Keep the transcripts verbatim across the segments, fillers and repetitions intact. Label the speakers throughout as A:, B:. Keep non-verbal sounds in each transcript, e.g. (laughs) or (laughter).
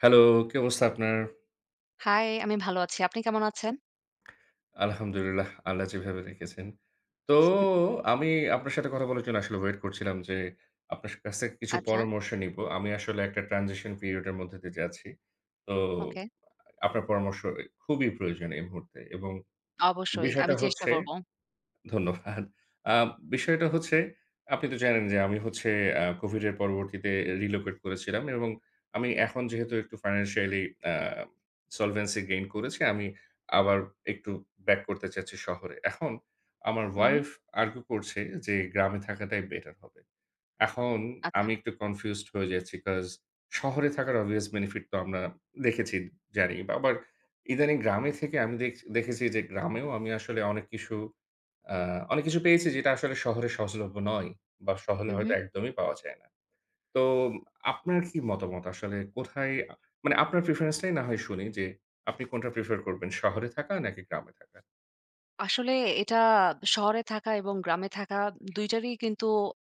A: Hello, কি অবস্থা আপনার?
B: হাই, আমি ভালো আছি। আপনি কেমন আছেন?
A: আলহামদুলিল্লাহ, আল্লাহ যেভাবে রেখেছেন। তো আমি আপনার সাথে কথা বলার জন্য আসলে ওয়েট করছিলাম যে, আপনার কাছ থেকে কিছু
B: আচ্ছা,
A: পরামর্শ নিবো। আমি আসলে একটা ট্রানজিশন পিরিয়ড এর মধ্যে দিয়ে যাচ্ছি। তো
B: ওকে।
A: আপনার পরামর্শ খুবই প্রয়োজন এই মুহূর্তে এবং
B: অবশ্যই
A: বিষয়টা
B: আমি চেষ্টা
A: হচ্ছে
B: করব।
A: ধন্যবাদ। আ বিষয়টা হচ্ছে আপনি তো জানেন যে আমি হচ্ছে আ COVID এর পরবর্তীতে relocate করেছিলাম এবং আমি এখন যেহেতু একটু financially আ solvency gain করেছি, আমি আবার একটু back করতে চাচ্ছি শহরে। এখন আমার
B: হু, হু।
A: ওয়াইফ argue করছে যে গ্রামে থাকাটাই বেটার হবে। এখন
B: আচ্ছা।
A: আমি একটু কনফিউজড হয়ে যাচ্ছি। কজ শহরে থাকার obvious benefit তো আমরা দেখেছি, জানি। বা আবার ইদানিং গ্রামে থেকে আমি দেখ দেখেছি যে গ্রামেও আমি আসলে অনেক কিছু আ অনেক কিছু পেয়েছি যেটা আসলে শহরে সহজলভ্য নয় বা শহরে
B: হু, হু।
A: হয়তো একদমই পাওয়া যায় না। তো আপনার কি মতামত আসলে কোথায় আ মানে আপনার প্রেফারেন্স টাই না হয় শুনি যে আপনি কোনটা প্রেফার করবেন? শহরে থাকা নাকি গ্রামে থাকা?
B: আসলে এটা শহরে থাকা এবং গ্রামে থাকা দুই টারই কিন্তু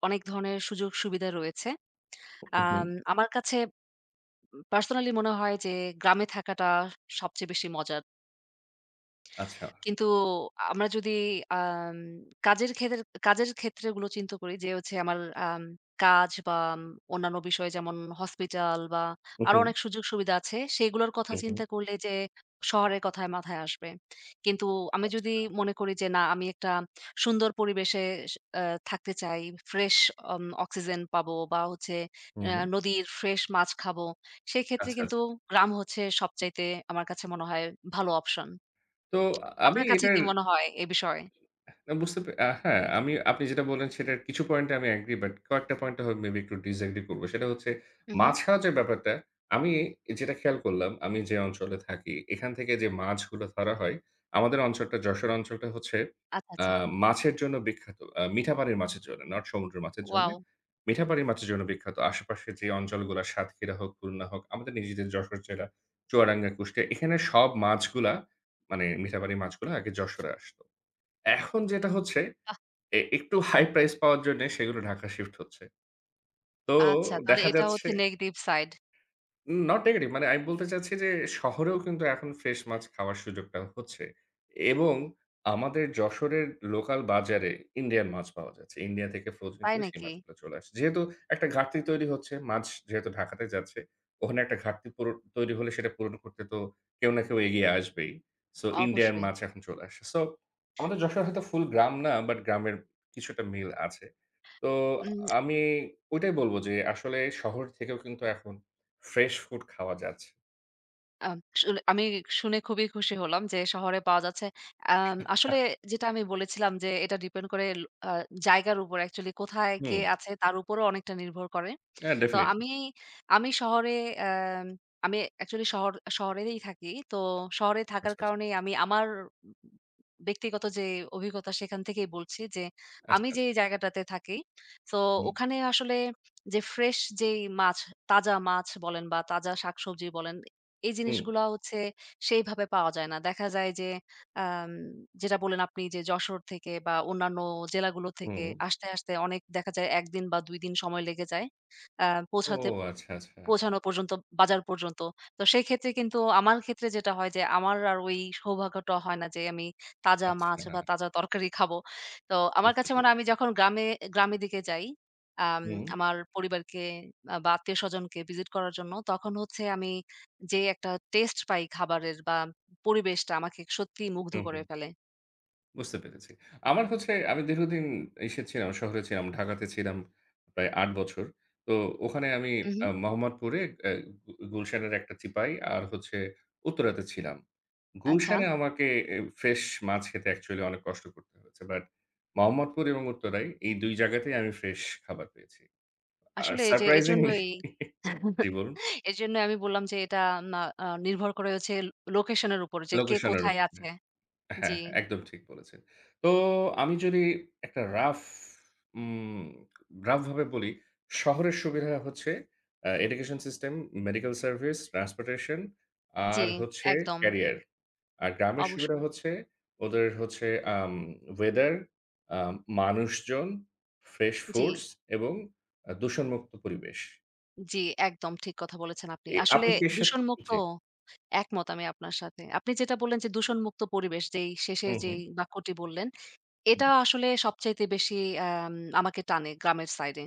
B: অনেক ধরনের সুযোগ-সুবিধা রয়েছে।
A: হু, হু।
B: আম আমার কাছে পার্সোনালি মনে হয় যে গ্রামে থাকাটা সবচেয়ে বেশি মজার।
A: আচ্ছা।
B: কিন্তু আমরা যদি আম কাজের ক্ষেতের কাজের ক্ষেত্রগুলো চিন্তা করি যে হচ্ছে আমার আম কাজ বা উম, অন্যান্য বিষয় যেমন হসপিটাল বা
A: হু,
B: আরো
A: হু,
B: অনেক সুযোগ-সুবিধা আছে, সেগুলোর কথা
A: হু, হু।
B: চিন্তা করলে যে শহরের কথাই মাথায় আসবে। কিন্তু আমি
A: আচ্ছা।
B: যদি মনে করি যে না, আমি একটা সুন্দর পরিবেশে স আ থাকতে চাই, ফ্রেশ অম অক্সিজেন পাবো বা হচ্ছে
A: হু,
B: আ
A: হু।
B: নদীর ফ্রেশ মাছ খাবো। সেক্ষেত্রে
A: আচ্ছা,
B: কিন্তু
A: আচ্ছা।
B: গ্রাম হচ্ছে সবচাইতে আমার কাছে মনে হয় ভালো অপশন।
A: তো আমি
B: আপনার কাছে
A: এটার
B: কি মনে হয় এ বিষয়ে?
A: না বুঝতে পে আ হ্যাঁ, আমি আপনি যেটা বললেন সেটার কিছু পয়েন্টে আমি এগ্রি বাট কয়েকটা পয়েন্টে হয় মেবি একটু ডিসএগ্রি করব। সেটা হচ্ছে
B: হু, হু।
A: মাছ খাওয়ার যে ব্যাপারটা, আমি যেটা খেয়াল করলাম আমি যে অঞ্চলে থাকি এখান থেকে যে মাছগুলো ধরা হয়, আমাদের অঞ্চলটা যশোর অঞ্চলটা হচ্ছে
B: আচ্ছা,
A: আ
B: আচ্ছা।
A: মাছের জন্য বিখ্যাত। আ মিঠা পানির মাছের জন্য, নট সমুদ্রের মাছের জন্যে।
B: ওয়াও!
A: মিঠা পানির মাছের জন্য বিখ্যাত। আশেপাশে যে অঞ্চলগুলা সাতক্ষীরা হোক, খুলনা হোক, আমাদের নিজেদের যশোর জেলা, চুয়াডাঙ্গা, কুষ্টিয়া এখানে সব মাছগুলা মানে মিঠা পানির মাছগুলা আগে যশোরে আসতো। এখন যেটা হচ্ছে
B: বাহ!
A: এ একটু হাই প্রাইস পাওয়ার জন্যে সেগুলো ঢাকা শিফট হচ্ছে। তো
B: আচ্ছা, তাহলে
A: দেখা
B: এটা
A: যাচ্ছে
B: হচ্ছে নেগেটিভ সাইড।
A: নট নেগেটিভ মানে আমি বলতে চাচ্ছি যে শহরেও কিন্তু এখন ফ্রেশ মাছ খাওয়ার সুযোগটা হচ্ছে এবং আমাদের যশোরের লোকাল বাজারে ইন্ডিয়ান মাছ পাওয়া যাচ্ছে। ইন্ডিয়া থেকে ফ্রোজেন
B: তাই
A: করে সেই
B: নাকি?
A: মাছগুলো চলে আসছে। যেহেতু একটা ঘাটতি তৈরি হচ্ছে, মাছ যেহেতু ঢাকাতে যাচ্ছে, ওখানে একটা ঘাটতি পুরো তৈরি হলে সেটা পূরণ করতে তো কেউ না কেউ এগিয়ে আসবেই। সো ইন্ডিয়ান
B: অবশ্যই।
A: মাছ এখন চলে আসছে। সো আমাদের যশোর হয়তো ফুল গ্রাম না বাট গ্রামের কিছুটা মিল আছে। তো
B: উম
A: আমি ওইটাই বলব যে আসলে শহর থেকেও কিন্তু এখন ফ্রেশ ফুড খাওয়া যাচ্ছে।
B: আ শুনে আমি শুনে খুবই খুশি হলাম যে শহরে পাওয়া যাচ্ছে। আম
A: আহ,
B: আসলে যেটা আমি বলেছিলাম যে এটা ডিপেন্ড করে ল আ জায়গার উপর, অ্যাকচুয়ালি কোথায় কে
A: হুম,
B: আছে তার উপরও অনেকটা নির্ভর করে।
A: হ্যাঁ,
B: তো
A: ডেফিনিটলি।
B: আমি আমি শহরে অ্যাম আমি অ্যাকচুয়ালি শহর শহরেই থাকি। তো শহরে থাকার
A: আচ্ছা, আচ্ছা,
B: কারণেই আমি আমার ব্যক্তিগত যে অভিজ্ঞতা সেখান থেকেই বলছি যে,
A: আচ্ছা,
B: আমি যে
A: আচ্ছা।
B: জায়গাটাতে থাকি, তো
A: হুম।
B: ওখানে আসলে যে ফ্রেশ যেই মাছ, তাজা মাছ বলেন বা তাজা শাকসবজি বলেন, এই
A: হুম,
B: জিনিসগুলা হচ্ছে সেইভাবে পাওয়া যায় না। দেখা যায় যে আম যেটা বললেন আপনি, যে যশোর থেকে বা অন্যান্য জেলাগুলো থেকে
A: হুম।
B: আসতে, আসতে অনেক দেখা যায় এক দিন বা দুই দিন সময় লেগে যায়। আ
A: ও
B: পৌঁছাতে
A: আচ্ছা, আচ্ছা,
B: পৌঁছানো পর্যন্ত, বাজার পর্যন্ত। তো সেক্ষেত্রে কিন্তু আমার ক্ষেত্রে যেটা হয় যে আমার আর ওই সৌভাগ্যটা হয় না যে আমি তাজা মাছ
A: আচ্ছা।
B: বা তাজা তরকারি খাবো। তো আমার
A: বুঝতে
B: কাছে মানে আমি
A: পেরেছি।
B: যখন গ্রামে গ্রামের দিকে যাই, আম
A: হুম,
B: আমার পরিবারকে আ বা আত্মীয়স্বজনকে ভিজিট করার জন্য, তখন হচ্ছে আমি যে একটা টেস্ট পাই খাবারের বা পরিবেশটা আমাকে সত্যিই মুগ্ধ
A: হুম,
B: করে
A: হুম।
B: ফেলে।
A: বুঝতে পেরেছি। আমার হচ্ছে আমি দীর্ঘদিন ইসে ছিলাম, শহরে ছিলাম। ঢাকাতে ছিলাম প্রায় আট বছর। তো ওখানে আমি
B: উহু,
A: আ মোহাম্মদপুরে অ্যা গু গুলশানের একটা চিপায় আর হচ্ছে উত্তরাতে ছিলাম।
B: আচ্ছা।
A: গুলশানে আমাকে এ ফ্রেশ মাছ খেতে অ্যাকচুয়ালি অনেক কষ্ট করতে হয়েছে। বাট মোহাম্মদপুর এবং উত্তরায় এই দুই জায়গাতেই আমি ফ্রেশ খাবার পেয়েছি। আর
B: আসলে এই যে
A: সারপ্রাইজিংলি
B: এজন্যই
A: জি
B: (laughs)
A: বলুন?
B: এজন্য আমি বললাম যে এটা, না, আ নির্ভর করে হচ্ছে লোকেশন এর উপর যে কে
A: লোকেশনের
B: কোথায়
A: উপর।
B: আছে। জি,
A: হ্যাঁ, একদম ঠিক বলেছেন। তো আমি যদি একটা রাফ উম রাফ ভাবে বলি, শহরের সুবিধা হচ্ছে আ education system, medical service, transportation
B: জি,
A: আর হচ্ছে
B: একদম।
A: ক্যারিয়ার। আর গ্রামের সুবিধা
B: অবশ্যই।
A: হচ্ছে ওদের হচ্ছে আম ওয়েদার, আ মানুষজন, ফ্রেশ
B: জি,
A: ফুডস এবং আ দূষণমুক্ত পরিবেশ।
B: জি, একদম ঠিক কথা বলেছেন আপনি।
A: এ
B: আসলে
A: আপনি কি এর সাথে
B: দূষণমুক্ত
A: জি।
B: একমত আমি আপনার সাথে। আপনি যেটা বললেন যে দূষণমুক্ত পরিবেশ, যেই শেষের
A: হুম, হুম,
B: যেই বাক্যটি বললেন,
A: হুম।
B: এটা আসলে সবচাইতে বেশি আম আমাকে টানে গ্রামের সাইডে।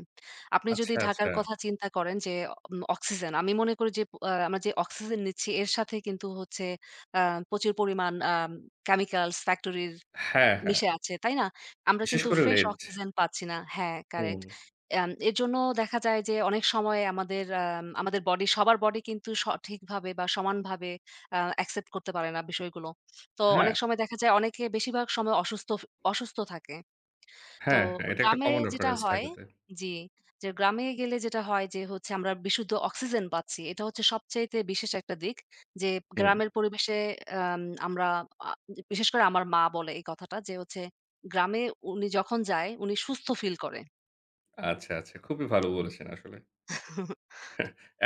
B: আপনি যদি
A: আচ্ছা,
B: ঢাকার
A: আচ্ছা।
B: কথা চিন্তা করেন যে উম অক্সিজেন, আমি মনে করি যে আ আমরা যে অক্সিজেন নিচ্ছি এর সাথে কিন্তু হচ্ছে আ প্রচুর পরিমাণ আম কেমিক্যালস, ফ্যাক্টরির
A: হ্যাঁ, হ্যাঁ।
B: মিশে আছে, তাই না? আমরা
A: বিশেষ
B: কিন্তু
A: করে
B: ফ্রেশ
A: লেট।
B: অক্সিজেন পাচ্ছি না। হ্যাঁ,
A: হুম।
B: কারেক্ট। অ্যাম এর জন্য দেখা যায় যে অনেক সময় আমাদের আম আমাদের বডি, সবার বডি কিন্তু সঠিকভাবে বা সমানভাবে আ অ্যাকসেপ্ট করতে পারে না বিষয়গুলো। তো
A: হ্যাঁ।
B: অনেক সময় দেখা যায় অনেকে বেশিরভাগ সময় অসুস্থ ফ অসুস্থ থাকে। তো
A: হ্যাঁ, হ্যাঁ, এটা একটা
B: গ্রামে
A: কমন
B: যেটা
A: রেফারেন্স
B: হয়,
A: ঢাকাতে।
B: জি, যে গ্রামে গেলে যেটা হয় যে হচ্ছে আমরা বিশুদ্ধ অক্সিজেন পাচ্ছি। এটা হচ্ছে সবচাইতে বিশেষ একটা দিক। যে
A: হুম,
B: গ্রামের পরিবেশে আম আমরা, আ বিশেষ করে আমার মা বলে এই কথাটা যে হচ্ছে গ্রামে উনি যখন যায় উনি সুস্থ ফিল করে।
A: আচ্ছা, আচ্ছা। খুবই ভালো বলেছেন আসলে।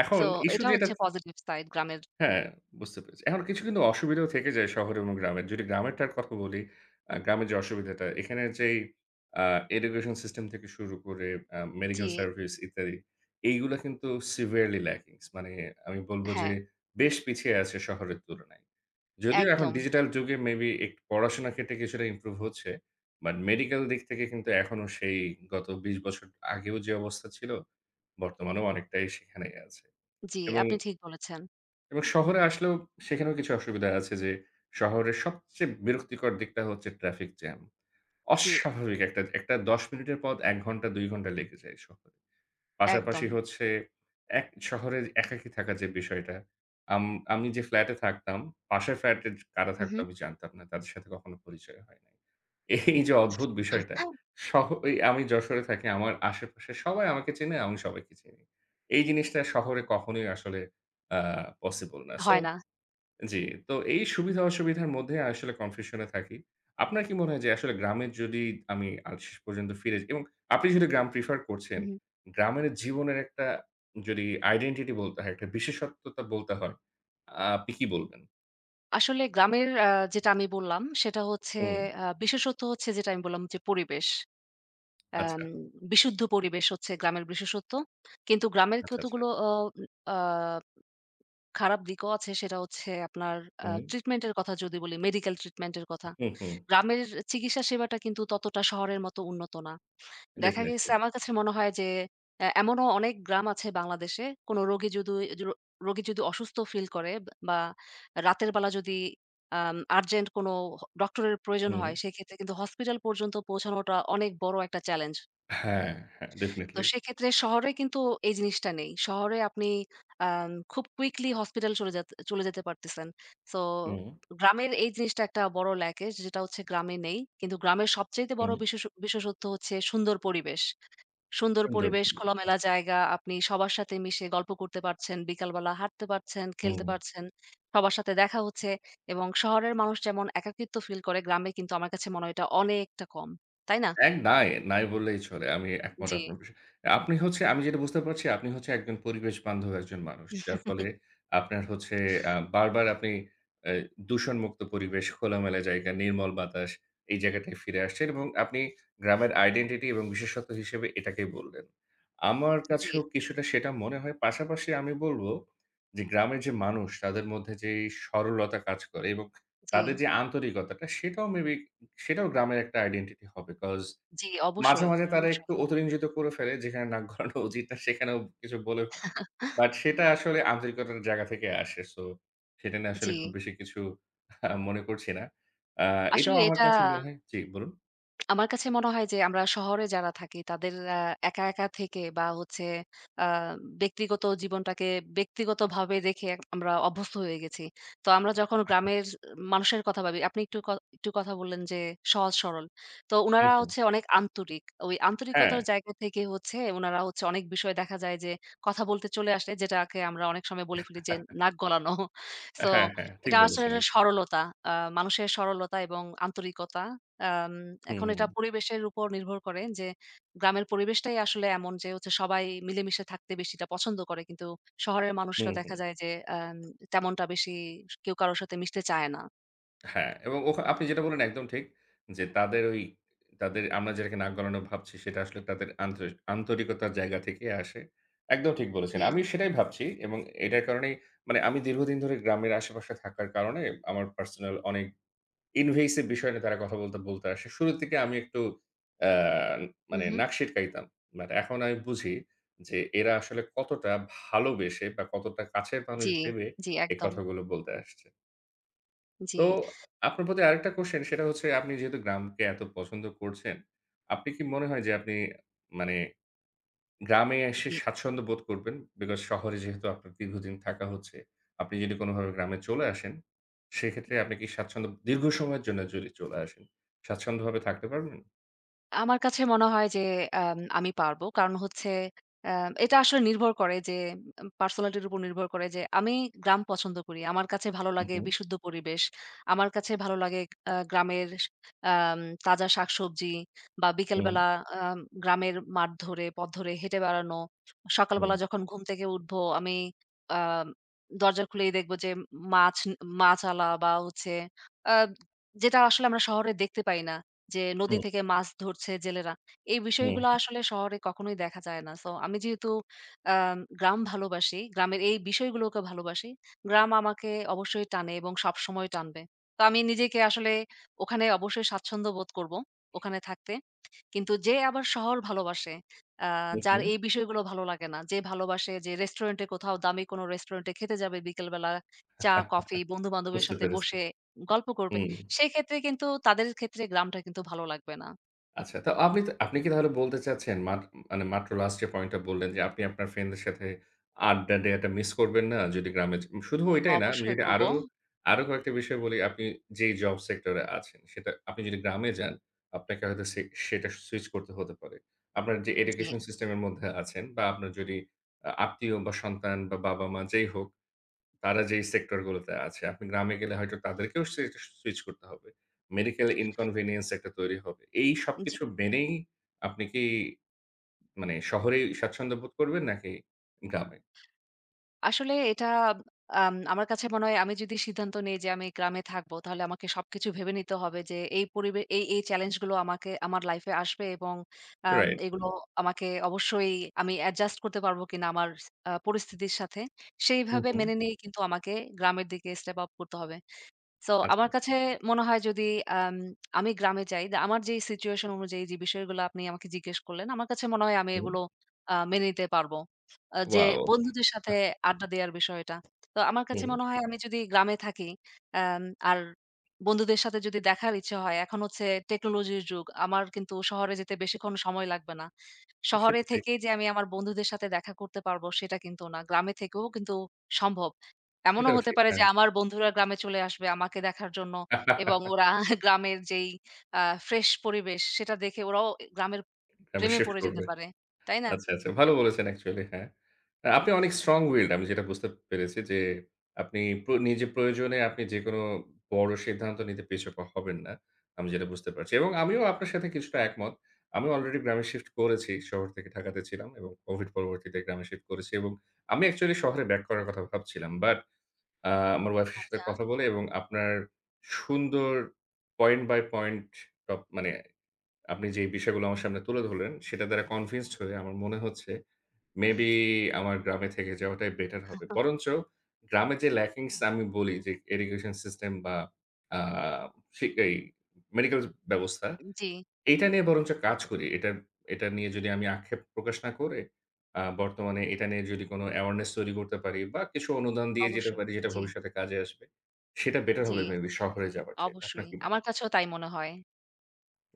A: এখন
B: সো
A: ইস্যু
B: এটা
A: যেটা
B: হচ্ছে পজিটিভ সাইড গ্রামের।
A: হ্যাঁ, বুঝতে পেরেছি। এখন কিছু কিন্তু অসুবিধাও থেকে যায় শহর এবং গ্রামের। যদি গ্রামেরটার কথা বলি, আ গ্রামের যে অসুবিধাটা, এখানে যেই আ এডুকেশন সিস্টেম থেকে শুরু করে আ
B: জি,
A: মেডিকেল সার্ভিস ইত্যাদি, এইগুলা কিন্তু severely lacking মানে আমি বলব যে
B: হ্যাঁ,
A: বেশ পিছিয়ে আছে শহরের তুলনায়। যদিও এখন
B: একদম।
A: ডিজিটাল যুগে মেবি একটু পড়াশোনার ক্ষেত্রে কিছুটা ইমপ্রুভ হচ্ছে। বাট মেডিকেল দিক থেকে কিন্তু এখনো সেই গত বিশ বছর আগেও যে অবস্থা ছিল, বর্তমানেও অনেকটাই সেখানেই আছে।
B: জি,
A: এবং,
B: আপনি ঠিক বলেছেন।
A: এবং শহরে আসলেও সেখানেও কিছু অসুবিধা আছে যে, শহরের সবচেয়ে বিরক্তিকর দিকটা হচ্ছে ট্রাফিক জ্যাম।
B: জি,
A: অস্বাভাবিক একটা, একটা দশ মিনিটের পথ এক ঘন্টা দুই ঘন্টা লেগে যায় শহরে।
B: একদম।
A: পাশাপাশি হচ্ছে এক শহরে একাকী থাকার যে বিষয়টা, আম আমি যে ফ্ল্যাটে থাকতাম, পাশের ফ্ল্যাটে কারা থাকতো
B: উহু।
A: আমি জানতাম না। তাদের সাথে কখনো পরিচয় হয় নাই। এই যে অদ্ভুত বিষয়টা,
B: (laughs)
A: শহ এই আমি যশোরে থাকি, আমার আশেপাশে সবাই আমাকে চেনে, আমি সবাইকে চিনি। এই জিনিসটা শহরে কখনোই আসলে আ পসিবল না। সো
B: হয় না।
A: জি, তো এই সুবিধা অসুবিধার মধ্যে আসলে কনফিউশন এ থাকি। আপনার কি মনে হয় যে আসলে গ্রামের যদি আমি আ শেষ পর্যন্ত ফিরে যাই এবং আপনি যদি গ্রাম প্রেফার করছেন,
B: উহু।
A: গ্রামের জীবনের একটা যদি আইডেন্টিটি বলতে হয়, একটা বিশেষত্বতা বলতে হয়, আ আপনি কি বলবেন?
B: আসলে গ্রামের আ যেটা আমি বললাম সেটা হচ্ছে
A: হুম,
B: আ বিশেষত হচ্ছে যেটা আমি বললাম যে পরিবেশ। আম
A: আচ্ছা,
B: বিশুদ্ধ পরিবেশ হচ্ছে গ্রামের বিশেষত্ব। কিন্তু গ্রামের
A: আচ্ছা, আচ্ছা।
B: কতগুলো অ আ খারাপ দিকও আছে, সেটা হচ্ছে আপনার আ
A: হুম,
B: ট্রিটমেন্ট এর কথা যদি বলি, মেডিকেল ট্রিটমেন্ট এর কথা।
A: হুম, হুম,
B: গ্রামের চিকিৎসা সেবাটা কিন্তু ততটা শহরের মতো উন্নত না। দেখা
A: ডেফিনিটলি।
B: গেছে আমার কাছে মনে হয় যে এ এমনও অনেক গ্রাম আছে বাংলাদেশে, কোনো রোগী যদি র রোগী যদি অসুস্থ ফিল করে বা রাতের বেলা যদি আম আর্জেন্ট কোনো ডক্টরের প্রয়োজন
A: হুম,
B: হয়, সেক্ষেত্রে কিন্তু হসপিটাল পর্যন্ত পৌঁছানোটা অনেক বড় একটা চ্যালেঞ্জ।
A: হ্যাঁ, হ্যাঁ,
B: তো
A: ডেফিনিটলি।
B: সেক্ষেত্রে শহরে কিন্তু এই জিনিসটা নেই। শহরে আপনি আম খুব কুইকলি হসপিটাল চলে যাত চলে যেতে পারতেছেন। সো
A: হুম,
B: গ্রামের এই জিনিসটা একটা বড় ল্যাকেজ যেটা হচ্ছে গ্রামে নেই। কিন্তু গ্রামের সবচাইতে
A: হুম,
B: বড় বিশেষ বিশেষত্ব হচ্ছে সুন্দর পরিবেশ। সুন্দর
A: সুন্দর
B: পরিবেশ,
A: পরিবেশ।
B: খোলামেলা
A: আচ্ছা,
B: জায়গা। আপনি সবার সাথে মিশে গল্প করতে পারছেন, বিকালবেলা হাঁটতে পারছেন, খেলতে
A: হুম।
B: পারছেন। সবার সাথে দেখা হচ্ছে এবং শহরের মানুষ যেমন একাকিত্ব ফিল করে, গ্রামে কিন্তু আমার কাছে মনে হয় এটা অনেকটা কম। তাই না?
A: এক নাই, নাই বললেই চলে। আমি একমত
B: জি।
A: আপনার বিষয়ে। আপনি হচ্ছে আমি যেটা বুঝতে পারছি আপনি হচ্ছে একজন পরিবেশ বান্ধব একজন মানুষ। যার ফলে
B: (laughs)
A: আপনার হচ্ছে আ বারবার আপনি অ্যা দূষণমুক্ত পরিবেশ, খোলামেলা জায়গা, নির্মল বাতাস এই জায়গাটায় ফিরে আসছেন এবং আপনি গ্রামের আইডেন্টিটি এবং বিশেষত্ব হিসেবে এটাকেই বললেন। আমার
B: জি,
A: কাছেও কিছুটা সেটা মনে হয়। পাশাপাশি আমি বলব যে গ্রামের যে মানুষ তাদের মধ্যে যে সরলতা কাজ করে এবং
B: জি,
A: তাদের যে আন্তরিকতাটা সেটাও মেবি সেটাও গ্রামের একটা আইডেন্টিটি হবে। 'কজ
B: জি,
A: মাঝে,
B: অবশ্যই,
A: মাঝে তারা একটু
B: অবশ্যই।
A: অতিরঞ্জিত করে ফেলে যেখানে নাক গলানো উচিত না সেখানেও কিছু বলে ফেলে। বাট সেটা আসলে আন্তরিকতার জায়গা থেকে আসে। সো সেটা নিয়ে আসলে
B: জি।
A: খুব বেশি কিছু আ মনে করছি না। আ এটাও
B: আসলে
A: আমার
B: এটা
A: কাছে মনে হয় জি, বলুন।
B: আমার কাছে মনে হয় যে আমরা শহরে যারা থাকি তাদের আ একা, একা থেকে বা হচ্ছে আ ব্যক্তিগত জীবনটাকে ব্যক্তিগতভাবে রেখে আমরা অভ্যস্ত হয়ে গেছি। তো আমরা যখন
A: হ্যাঁ, হ্যাঁ।
B: গ্রামের মানুষের কথা ভাবি, আপনি একটু ক একটু কথা বললেন যে সহজ সরল। তো
A: হুম,
B: উনারা
A: হুম।
B: হচ্ছে অনেক আন্তরিক। ওই
A: হ্যাঁ,
B: আন্তরিকতার জায়গা থেকে হচ্ছে উনারা হচ্ছে অনেক বিষয় দেখা যায় যে কথা বলতে চলে আসে, যেটাকে আমরা অনেক সময় বলে ফেলি যে নাক গলানো। (laughs) সো
A: হ্যাঁ, হ্যাঁ, ঠিক
B: এটা আসলে
A: বলেছেন একদম।
B: সরলতা। আ মানুষের সরলতা এবং আন্তরিকতা। আম
A: হুম,
B: এখন
A: হুম।
B: এটা পরিবেশের উপর নির্ভর করে যে গ্রামের পরিবেশটাই আসলে এমন যে হচ্ছে সবাই মিলেমিশে থাকতে বেশিটা পছন্দ করে। কিন্তু শহরের মানুষরা
A: হুম, হুম।
B: দেখা যায় যে আম তেমনটা বেশি কেউ কারো সাথে মিশতে চায় না।
A: হ্যাঁ, এবং ওখা আপনি যেটা বললেন একদম ঠিক। যে তাদের ওই তাদের আমরা যেটাকে নাক গলানো ভাবছি সেটা আসলে তাদের আন্তরি আন্তরিকতার জায়গা থেকে আসে। একদম ঠিক বলেছেন।
B: জি।
A: আমিও সেটাই ভাবছি এবং এটার কারণেই মানে আমি দীর্ঘদিন ধরে গ্রামের আশেপাশে থাকার কারণে আমার পার্সোনাল অনেক invasive বিষয় নিয়ে তারা কথা বলতে, বলতে আসে। শুরুর দিকে আমি একটু আ
B: হু,
A: মানে
B: হু।
A: নাক সিটকাইতাম। বাট এখন আমি বুঝি যে এরা আসলে কতটা ভালোবেসে বা কতটা কাছের মানুষ
B: জি,
A: ভেবে
B: জি
A: এই
B: একদম।
A: কথাগুলো বলতে আসছে।
B: জি।
A: তো আপনার প্রতি আরেকটা কোয়েশ্চেন সেটা হচ্ছে আপনি যেহেতু গ্রামকে এত পছন্দ করছেন, আপনি কি মনে হয় যে আপনি মানে গ্রামে এসে
B: জি।
A: স্বাচ্ছন্দ্য বোধ করবেন? বিকজ শহরে যেহেতু আপনার দীর্ঘদিন থাকা হচ্ছে, আপনি যদি কোনোভাবে গ্রামে চলে আসেন, সেক্ষেত্রে আপনি কি স্বাচ্ছন্দ্য দীর্ঘ সময়ের জন্য যদি চলে আসেন, স্বাচ্ছন্দ্যভাবে থাকতে পারবেন?
B: আমার কাছে মনে হয় যে আম আমি পারবো। কারণ হচ্ছে আ এটা আসলে নির্ভর করে যে আম পার্সোনালিটির উপর নির্ভর করে যে আমি গ্রাম পছন্দ করি। আমার কাছে ভালো লাগে
A: হুম,
B: বিশুদ্ধ পরিবেশ। আমার কাছে ভালো লাগে আ গ্রামের আম তাজা শাকসবজি বা
A: হুম,
B: বিকেলবেলা আম গ্রামের মাঠ ধরে, পথ ধরে হেঁটে বেড়ানো।
A: হুম,
B: সকালবেলা যখন ঘুম থেকে উঠবো আমি আম দরজা খুলেই দেখবো যে মাছ মাছআলা বা হচ্ছে আ যেটা আসলে আমরা শহরে দেখতে পাই না। যে নদী
A: হুম,
B: থেকে মাছ ধরছে জেলেরা। এই
A: হুম,
B: বিষয়গুলো আসলে শহরে কখনোই দেখা যায় না। সো আমি যেহেতু আ গ্রাম ভালোবাসি, গ্রামের এই বিষয়গুলোকে ভালোবাসি। গ্রাম আমাকে অবশ্যই টানে এবং সবসময় টানবে। তো আমি নিজেকে আসলে ওখানে অবশ্যই স্বাচ্ছন্দ্য বোধ করব, ওখানে থাকতে। কিন্তু যে আবার শহর ভালোবাসে, আ
A: হুম,
B: যার
A: হুম
B: এই বিষয়গুলো ভালো লাগে না, যে ভালোবাসে যে রেস্টুরেন্টে কোথাও দামি কোনো রেস্টুরেন্টে খেতে যাবে বিকেলবেলা, চা, কফি বন্ধু-বান্ধবের
A: বুঝতে
B: সাথে
A: পেরেছি।
B: বসে গল্প করবে।
A: হুম।
B: সেক্ষেত্রে কিন্তু তাদের ক্ষেত্রে গ্রামটা কিন্তু ভালো লাগবে না।
A: আচ্ছা, তো আপনি তো আপনি কি তাহলে বলতে চাচ্ছেন মাত মানে মাত্র লাস্ট যে পয়েন্টটা বললেন যে আপনি আপনার ফ্রেন্ডদের সাথে আড্ডা দেয়াটা মিস করবেন না যদি গ্রামে য শুধু ওইটাই না, আমি
B: অবশ্যই
A: যদি
B: করব।
A: আরো, আরো কয়েকটা বিষয় বলি, আপনি যেই জব সেক্টরে আছেন সেটা আপনি যদি গ্রামে যান, আপনাকে হয়তো সে সেটা সুইচ করতে হতে পারে। আপনার যে
B: জি।
A: এডুকেশন সিস্টেম এর মধ্যে আছেন বা আপনার যদি আ আত্মীয় বা সন্তান বা বাবা-মা যেই হোক তারা যেই সেক্টর গুলোতে আছে, আপনি গ্রামে গেলে হয়তো তাদেরকেও সে সুইচ করতে হবে। মেডিকেল inconvenience একটা তৈরি হবে। এই সবকিছু মেনেই আপনি কি মানে শহরেই স্বাচ্ছন্দ্য বোধ করবেন নাকি গ্রামে?
B: আসলে এটা আম আমার কাছে মনে হয় আমি যদি সিদ্ধান্ত নেই যে আমি গ্রামে থাকবো, তাহলে আমাকে সবকিছু ভেবে নিতে হবে যে এই পরিবে এই, এই চ্যালেঞ্জ গুলো আমাকে আমার লাইফ এ আসবে এবং আম
A: রাইট।
B: এগুলো আমাকে অবশ্যই আমি অ্যাডজাস্ট করতে পারবো কিনা আমার আ পরিস্থিতির সাথে,
A: হু,
B: সেইভাবে
A: হু।
B: মেনে নিয়ে কিন্তু আমাকে গ্রামের দিকে স্টেপ আপ করতে হবে। সো
A: আচ্ছা।
B: আমার কাছে মনে হয় যদি আম আমি গ্রামে যাই, দা আমার যেই সিচুয়েশন অনুযায়ী যে বিষয়গুলো আপনি আমাকে জিজ্ঞেস করলেন, আমার কাছে মনে হয় আমি
A: হুম।
B: এগুলো আ মেনে নিতে পারবো। আ যে
A: ওয়াও!
B: বন্ধুদের সাথে আড্ডা দেওয়ার বিষয়টা। তো আমার কাছে
A: হুম,
B: মনে হয় আমি যদি গ্রামে থাকি, আম আর বন্ধুদের সাথে যদি দেখার ইচ্ছা হয়, এখন হচ্ছে টেকনোলজির যুগ। আমার কিন্তু শহরে যেতে বেশিক্ষণ সময় লাগবে না। শহরে
A: সেটা ঠিক।
B: থেকেই যে আমি আমার বন্ধুদের সাথে দেখা করতে পারবো সেটা কিন্তু না। গ্রামে থেকেও কিন্তু সম্ভব। এমনও
A: এটাও
B: হতে
A: ঠিক।
B: পারে
A: হ্যাঁ।
B: যে আমার বন্ধুরা গ্রামে চলে আসবে আমাকে দেখার জন্য এবং
A: (laughs)
B: ওরা (laughs) গ্রামের যেই আ ফ্রেশ পরিবেশ সেটা দেখে ওরাও গ্রামের
A: গ্রামে
B: প্রেমে
A: শিফট
B: পড়ে যেতে
A: করবে।
B: পারে। তাই না?
A: আচ্ছা, আচ্ছা। ভালো বলেছেন অ্যাকচুয়ালি হ্যাঁ। আ আপনি অনেক strong willed আমি যেটা বুঝতে পেরেছি যে আপনি প্র নিজের প্রয়োজনে আপনি যেকোনো বড় সিদ্ধান্ত নিতে পিছপা হবেন না। আমি যেটা বুঝতে পারছি। এবং আমিও আপনার সাথে কিছুটা একমত। আমি অলরেডি গ্রামে শিফট করেছি। শহর থেকে ঢাকাতে ছিলাম এবং কোভিড পরবর্তীতে গ্রামে শিফট করেছি এবং আমি অ্যাকচুয়ালি শহরে ব্যাক করার কথা ভাবছিলাম। বাট আ আমার ওয়াইফের সাথে
B: আচ্ছা।
A: কথা বলে এবং আপনার সুন্দর পয়েন্ট বাই পয়েন্ট টপ মানে আপনি যে বিষয়গুলো আমার সামনে তুলে ধরলেন, সেটা দ্বারা কনভিন্সড হয়ে আমার মনে হচ্ছে মেবি আমার গ্রামে থেকে যাওয়াটাই বেটার হবে। বরঞ্চ গ্রামে যে ল্যাকিংস আমি বলি যে এডুকেশন সিস্টেম বা আ সি এই মেডিকেল ব্যবস্থা,
B: জি,
A: এইটা নিয়ে বরঞ্চ কাজ করি। এটা এটা নিয়ে যদি আমি আক্ষেপ প্রকাশ না করে আ বর্তমানে এটা নিয়ে যদি কোনো অ্যাওয়ারনেস তৈরি করতে পারি বা কিছু অনুদান দিয়ে যেতে
B: অবশ্যই।
A: পারি যেটা
B: জি,
A: ভবিষ্যতে কাজে আসবে, সেটা বেটার
B: জি,
A: হবে মেবি শহরে যাওয়ার চাইতে। আপনার
B: অবশ্যই।
A: কি মনে
B: আমার
A: হয়?
B: কাছেও তাই মনে হয়।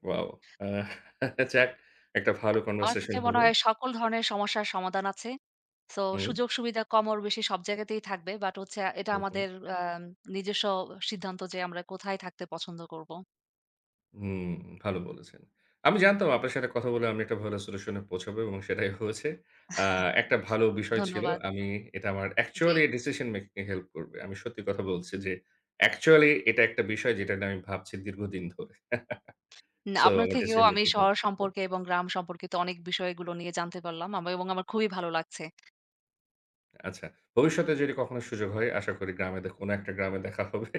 A: ওয়াও! আহ (laughs) যাক একটা ভালো
B: আমার
A: কনভারসেশন
B: কাছে মনে
A: হলো।
B: হয় সকল ধরনের সমস্যার সমাধান আছে। সো
A: হুম,
B: সুযোগ সুবিধা কম ওর বেশি সব জায়গাতেই থাকবে। বাট হচ্ছে এটা
A: হুম, হুম।
B: আমাদের আ নিজস্ব সিদ্ধান্ত যে আমরা কোথায় থাকতে পছন্দ করব।
A: হুম, ভালো বলেছেন। আমি জানতাম আপনার সাথে কথা বলে আমি একটা ভালো সলিউশন এ পৌঁছাবো এবং সেটাই হয়েছে। আ একটা ভালো বিষয় ছিল।
B: ধন্যবাদ।
A: আমি এটা আমার
B: জি।
A: অ্যাকচুয়ালি ডিসিশন মেকিং এ হেল্প করবে। আমি সত্যি কথা বলছি যে অ্যাকচুয়ালি এটা একটা বিষয় যেটা নিয়ে আমি ভাবছি দীর্ঘদিন ধরে। (laughs)
B: না,
A: সো
B: আপনার
A: আমার
B: থেকেও
A: ডিসিশন
B: আমি
A: মেকিং
B: শহর
A: হেল্প
B: সম্পর্কে এবং গ্রাম সম্পর্কিত অনেক বিষয়গুলো নিয়ে জানতে পারলাম আমা এবং আমার খুবই ভালো লাগছে।
A: আচ্ছা। ভবিষ্যতে যদি কখনো সুযোগ হয় আশা করি গ্রামে দে কোনো একটা গ্রামে দেখা হবে।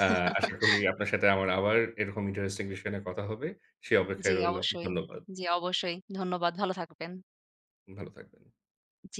A: আ আশা করি আপনার সাথে আমার আবার এরকম ইন্টারেস্টিং বিষয় নিয়ে কথা হবে। সে
B: জি,
A: অপেক্ষায় রইলাম।
B: অবশ্যই।
A: ধন্যবাদ।
B: জি, অবশ্যই। ধন্যবাদ। ভালো থাকবেন।
A: ভালো থাকবেন।
B: জি।